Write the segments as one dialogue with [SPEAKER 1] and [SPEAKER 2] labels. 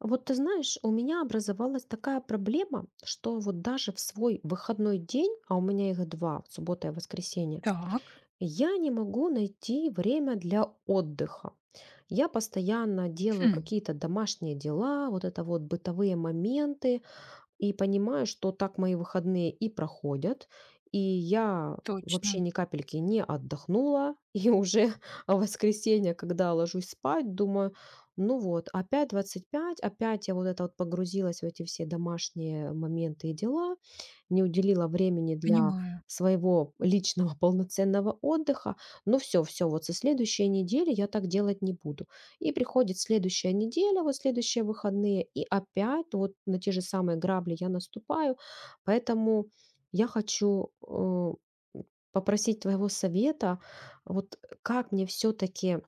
[SPEAKER 1] Вот ты знаешь, у меня образовалась такая проблема, что вот даже в свой выходной день, а у меня их два, суббота и воскресенье,
[SPEAKER 2] Так.
[SPEAKER 1] я не могу найти время для отдыха. Я постоянно делаю
[SPEAKER 2] Хм.
[SPEAKER 1] какие-то домашние дела, вот это вот бытовые моменты, и понимаю, что так мои выходные и проходят, и я
[SPEAKER 2] Точно.
[SPEAKER 1] вообще ни капельки не отдохнула. И уже в воскресенье, когда ложусь спать, думаю, ну вот, опять 25, опять я вот это вот погрузилась в эти все домашние моменты и дела, не уделила времени для
[SPEAKER 2] Понимаю.
[SPEAKER 1] своего личного полноценного отдыха. Ну все, все, вот со следующей недели я так делать не буду. И приходит следующая неделя, вот следующие выходные, и опять вот на те же самые грабли я наступаю. Поэтому я хочу попросить твоего совета, вот как мне все-таки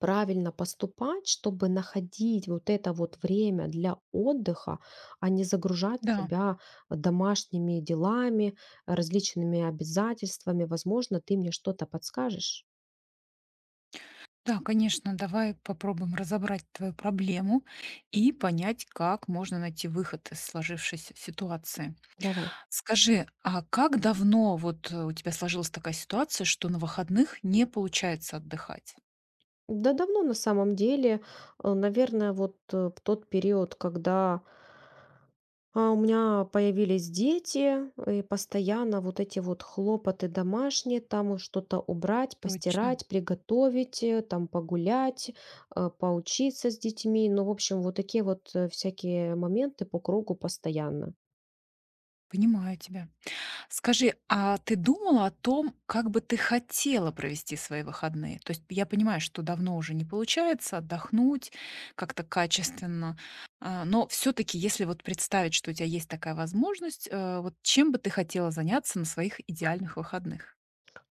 [SPEAKER 1] правильно поступать, чтобы находить вот это вот время для отдыха, а не загружать
[SPEAKER 2] Да,
[SPEAKER 1] себя домашними делами, различными обязательствами. Возможно, ты мне что-то подскажешь.
[SPEAKER 2] да, конечно, давай попробуем разобрать твою проблему и понять, как можно найти выход из сложившейся ситуации.
[SPEAKER 1] Давай.
[SPEAKER 2] Скажи, а как давно у тебя сложилась такая ситуация, что на выходных не получается отдыхать?
[SPEAKER 1] Да давно на самом деле, наверное, вот в тот период, когда у меня появились дети, и постоянно вот эти вот хлопоты домашние, там уж что-то убрать,
[SPEAKER 2] Точно.
[SPEAKER 1] постирать, приготовить, там погулять, поучиться с детьми. Ну, в общем, вот такие вот всякие моменты по кругу постоянно.
[SPEAKER 2] Понимаю тебя. Скажи, а ты думала о том, как бы ты хотела провести свои выходные? То есть я понимаю, что давно уже не получается отдохнуть как-то качественно, но все-таки, если вот представить, что у тебя есть такая возможность, вот чем бы ты хотела заняться на своих идеальных выходных?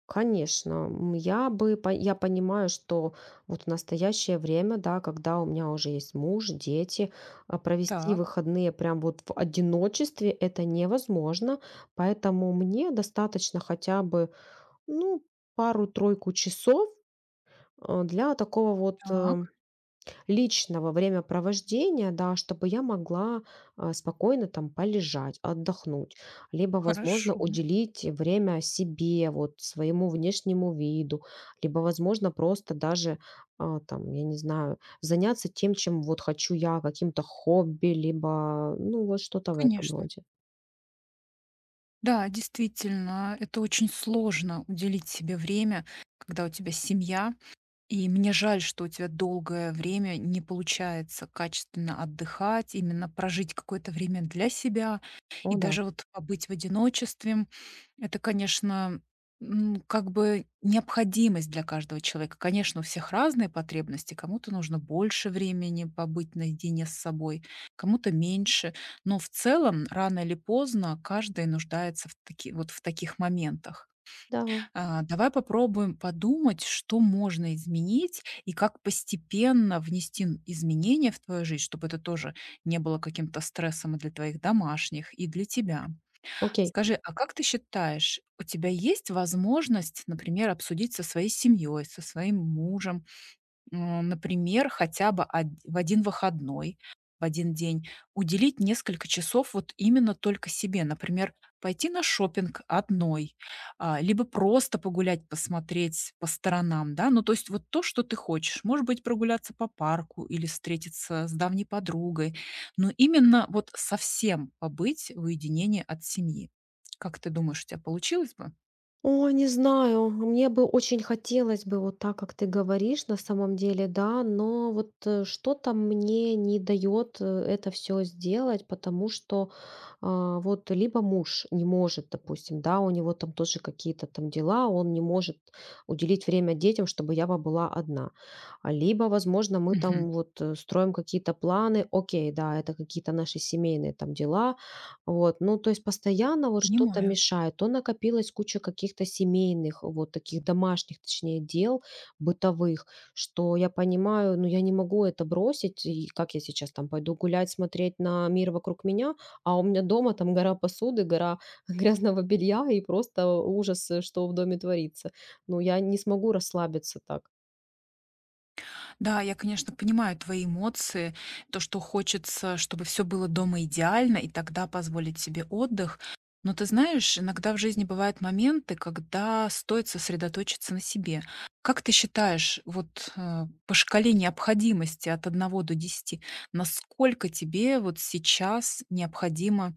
[SPEAKER 1] Конечно, м, я бы по я понимаю, что вот в настоящее время, да, когда у меня уже есть муж, дети, провести
[SPEAKER 2] Так.
[SPEAKER 1] выходные прям вот в одиночестве- это невозможно. Поэтому мне достаточно хотя бы, ну, пару-тройку часов, для такого вот,
[SPEAKER 2] Так.
[SPEAKER 1] личного времяпровождения, да, чтобы я могла, спокойно там полежать, отдохнуть, либо, возможно,
[SPEAKER 2] Хорошо.
[SPEAKER 1] уделить время себе, вот своему внешнему виду, либо, возможно, просто даже, там, я не знаю, заняться тем, чем вот хочу я, каким-то хобби, либо, ну, вот что-то в этом
[SPEAKER 2] Конечно.
[SPEAKER 1] роде.
[SPEAKER 2] Да, действительно, это очень сложно уделить себе время, когда у тебя семья. И мне жаль, что у тебя долгое время не получается качественно отдыхать, именно прожить какое-то время для себя
[SPEAKER 1] О
[SPEAKER 2] и
[SPEAKER 1] да,
[SPEAKER 2] даже вот побыть в одиночестве. Это, конечно, как бы необходимость для каждого человека. Конечно, у всех разные потребности. Кому-то нужно больше времени побыть наедине с собой, кому-то меньше. Но в целом, рано или поздно, каждый нуждается в, таки, вот в таких моментах.
[SPEAKER 1] да,
[SPEAKER 2] Давай попробуем подумать, что можно изменить и как постепенно внести изменения в твою жизнь, чтобы это тоже не было каким-то стрессом и для твоих домашних, и для тебя.
[SPEAKER 1] окей.
[SPEAKER 2] Скажи, а как ты считаешь, у тебя есть возможность, например, обсудить со своей семьей, со своим мужем, э, например, хотя бы од в один выходной, в один день уделить несколько часов вот именно только себе. Например, пойти на шопинг одной, либо просто погулять, посмотреть по сторонам, да. Ну, то есть вот то, что ты хочешь. Может быть, прогуляться по парку или встретиться с давней подругой, но именно вот совсем побыть в уединении от семьи. Как ты думаешь, у тебя получилось бы?
[SPEAKER 1] О, не знаю, мне бы очень хотелось бы вот так, как ты говоришь, на самом деле, да, но вот что-то мне не дает это все сделать, потому что вот либо муж не может, допустим, да, у него там тоже какие-то там дела, он не может уделить время детям, чтобы я бы была одна. А либо, возможно, мы
[SPEAKER 2] Мгм.
[SPEAKER 1] там вот строим какие-то планы, окей, да, это какие-то наши семейные там дела, вот, ну, то есть постоянно вот что-то
[SPEAKER 2] Понимаю.
[SPEAKER 1] мешает. То накопилась куча каких-то семейных, вот таких домашних, точнее, дел бытовых, что я понимаю, ну, я не могу это бросить, и как я сейчас там пойду гулять, смотреть на мир вокруг меня, а у меня дома там гора посуды, гора грязного белья и просто ужас, что в доме творится. Ну, я не смогу расслабиться так.
[SPEAKER 2] Да, я, конечно, понимаю твои эмоции, то, что хочется, чтобы все было дома идеально, и тогда позволить себе отдых. Но ты знаешь, иногда в жизни бывают моменты, когда стоит сосредоточиться на себе. Как ты считаешь, вот, по шкале необходимости от одного до десяти, насколько тебе вот сейчас необходимо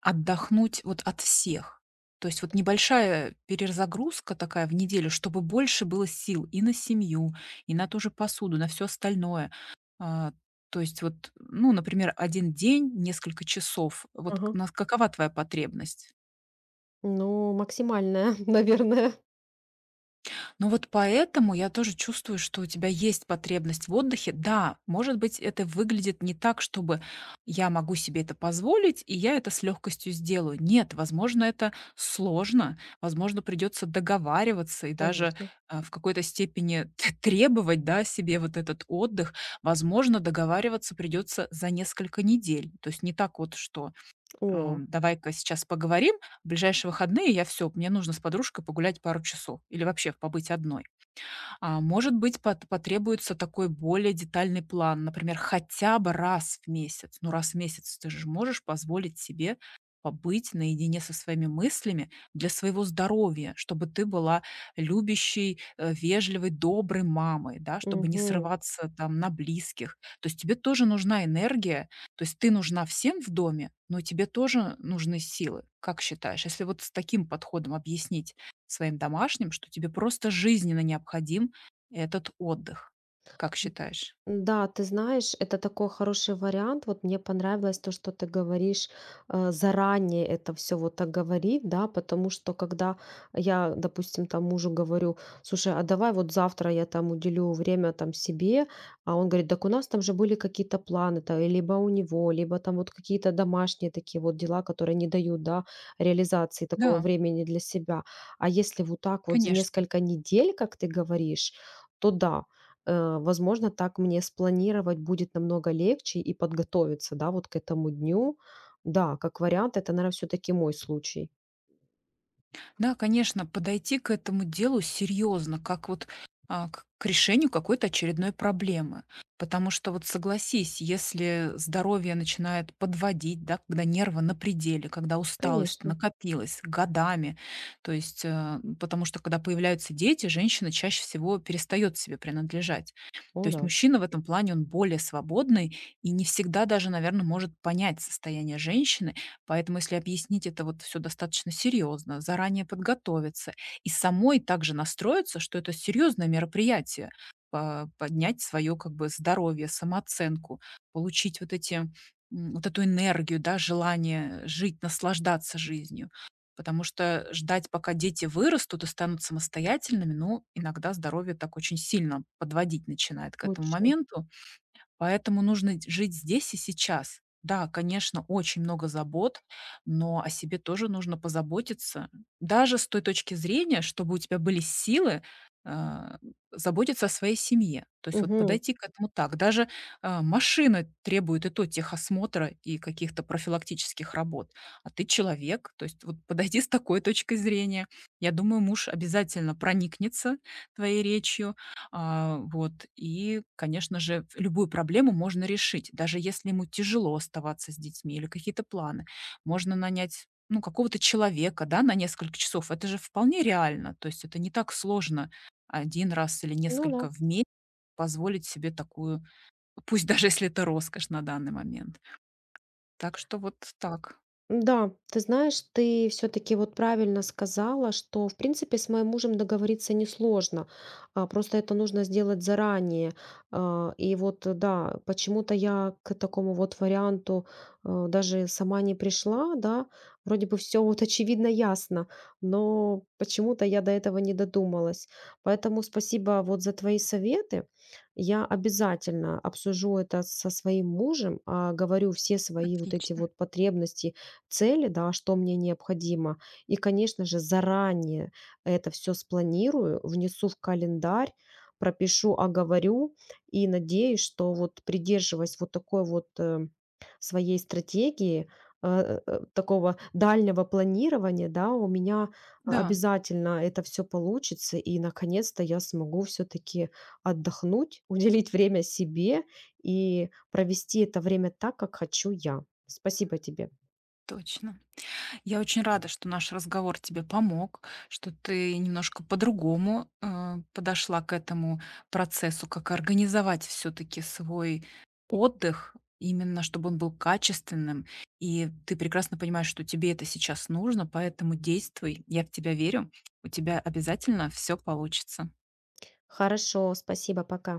[SPEAKER 2] отдохнуть вот от всех. То есть вот небольшая перезагрузка такая в неделю, чтобы больше было сил и на семью, и на ту же посуду, на все остальное. А, то есть вот, ну, например, один день, несколько часов. Вот к
[SPEAKER 1] Ага.
[SPEAKER 2] на какова твоя потребность?
[SPEAKER 1] Ну, максимальная, наверное.
[SPEAKER 2] Ну вот поэтому я тоже чувствую, что у тебя есть потребность в отдыхе. Да, может быть, это выглядит не так, чтобы я могу себе это позволить, и я это с легкостью сделаю. Нет, возможно, это сложно, возможно, придется договариваться и даже
[SPEAKER 1] Конечно.
[SPEAKER 2] в какой-то степени требовать, да, себе вот этот отдых. Возможно, договариваться придется за несколько недель. То есть не так вот, что
[SPEAKER 1] О,
[SPEAKER 2] давай-ка сейчас поговорим. В ближайшие выходные я все, мне нужно с подружкой погулять пару часов или вообще побыть одной. Может быть, потребуется такой более детальный план, например, хотя бы раз в месяц. Ну, раз в месяц ты же можешь позволить себе побыть наедине со своими мыслями для своего здоровья, чтобы ты была любящей, вежливой, доброй мамой, да, чтобы не
[SPEAKER 1] мгм.
[SPEAKER 2] срываться там на близких. То есть тебе тоже нужна энергия, то есть ты нужна всем в доме, но тебе тоже нужны силы. Как считаешь, если вот с таким подходом объяснить своим домашним, что тебе просто жизненно необходим этот отдых, как считаешь?
[SPEAKER 1] Да, ты знаешь, это такой хороший вариант. Вот мне понравилось то, что ты говоришь, заранее это все вот так говорить, да, потому что когда я, допустим, там мужу говорю, слушай, а давай вот завтра я там уделю время там себе, а он говорит, так у нас там же были какие-то планы, то либо у него, либо там вот какие-то домашние такие вот дела, которые не дают, да, реализации такого
[SPEAKER 2] Да,
[SPEAKER 1] времени для себя. А если вот так вот за
[SPEAKER 2] конечно.
[SPEAKER 1] несколько недель, как ты говоришь, то да, возможно, так мне спланировать будет намного легче и подготовиться, да, вот к этому дню. Да, как вариант, это, наверное, все-таки мой случай.
[SPEAKER 2] Да, конечно, подойти к этому делу серьезно, как вот к решению какой-то очередной проблемы. Потому что вот согласись, если здоровье начинает подводить, да, когда нервы на пределе, когда усталость
[SPEAKER 1] Конечно.
[SPEAKER 2] накопилась годами, то есть, потому что когда появляются дети, женщина чаще всего перестает себе принадлежать. То
[SPEAKER 1] О,
[SPEAKER 2] есть
[SPEAKER 1] да,
[SPEAKER 2] мужчина в этом плане, он более свободный и не всегда даже, наверное, может понять состояние женщины. Поэтому если объяснить это вот все достаточно серьезно, заранее подготовиться и самой также настроиться, что это серьезное мероприятие, по поднять свое как бы здоровье, самооценку, получить вот эти, вот эту энергию, да, желание жить, наслаждаться жизнью. Потому что ждать, пока дети вырастут и станут самостоятельными, ну, иногда здоровье так очень сильно подводить начинает к этому
[SPEAKER 1] точно.
[SPEAKER 2] моменту. Поэтому нужно дь жить здесь и сейчас. Да, конечно, очень много забот, но о себе тоже нужно позаботиться. Даже с той точки зрения, чтобы у тебя были силы, а, заботиться о своей семье. То есть вот
[SPEAKER 1] Мгм.
[SPEAKER 2] подойти к этому так. Даже машина требует и то техосмотра и каких-то профилактических работ, а ты человек. То есть вот подойди с такой точкой зрения. Я думаю, муж обязательно проникнется твоей речью, и, конечно же, в любую проблему можно решить, даже если ему тяжело оставаться с детьми или какие-то планы. Можно нанять, ну, какого-то человека, да, на несколько часов. Это же вполне реально. То есть это не так сложно один раз или
[SPEAKER 1] Ну да.
[SPEAKER 2] несколько в месяц позволить себе такую, пусть даже если это роскошь на данный момент. Так что вот так.
[SPEAKER 1] Да, ты знаешь, ты все-таки вот правильно сказала, что, в принципе, с моим мужем договориться несложно, просто это нужно сделать заранее. А, и вот, да, почему-то я к такому вот варианту даже сама не пришла, да, вроде бы все вот очевидно ясно, но почему-то я до этого не додумалась. Поэтому спасибо вот за твои советы. Я обязательно обсужу это со своим мужем, говорю все свои вот эти
[SPEAKER 2] Отлично.
[SPEAKER 1] вот потребности, цели, да, что мне необходимо. И, конечно же, заранее это все спланирую, внесу в календарь, пропишу, оговорю и надеюсь, что вот придерживаясь вот такой вот своей стратегии, такого дальнего планирования, да, у меня
[SPEAKER 2] Да.
[SPEAKER 1] обязательно это все получится, и наконец-то я смогу все-таки отдохнуть, уделить время себе и провести это время так, как хочу я. Спасибо тебе.
[SPEAKER 2] Точно. Я очень рада, что наш разговор тебе помог, что ты немножко по-другому подошла к этому процессу, как организовать все-таки свой отдых, именно чтобы он был качественным. И ты прекрасно понимаешь, что тебе это сейчас нужно, поэтому действуй. Я в тебя верю. У тебя обязательно все получится.
[SPEAKER 1] Хорошо, спасибо, пока.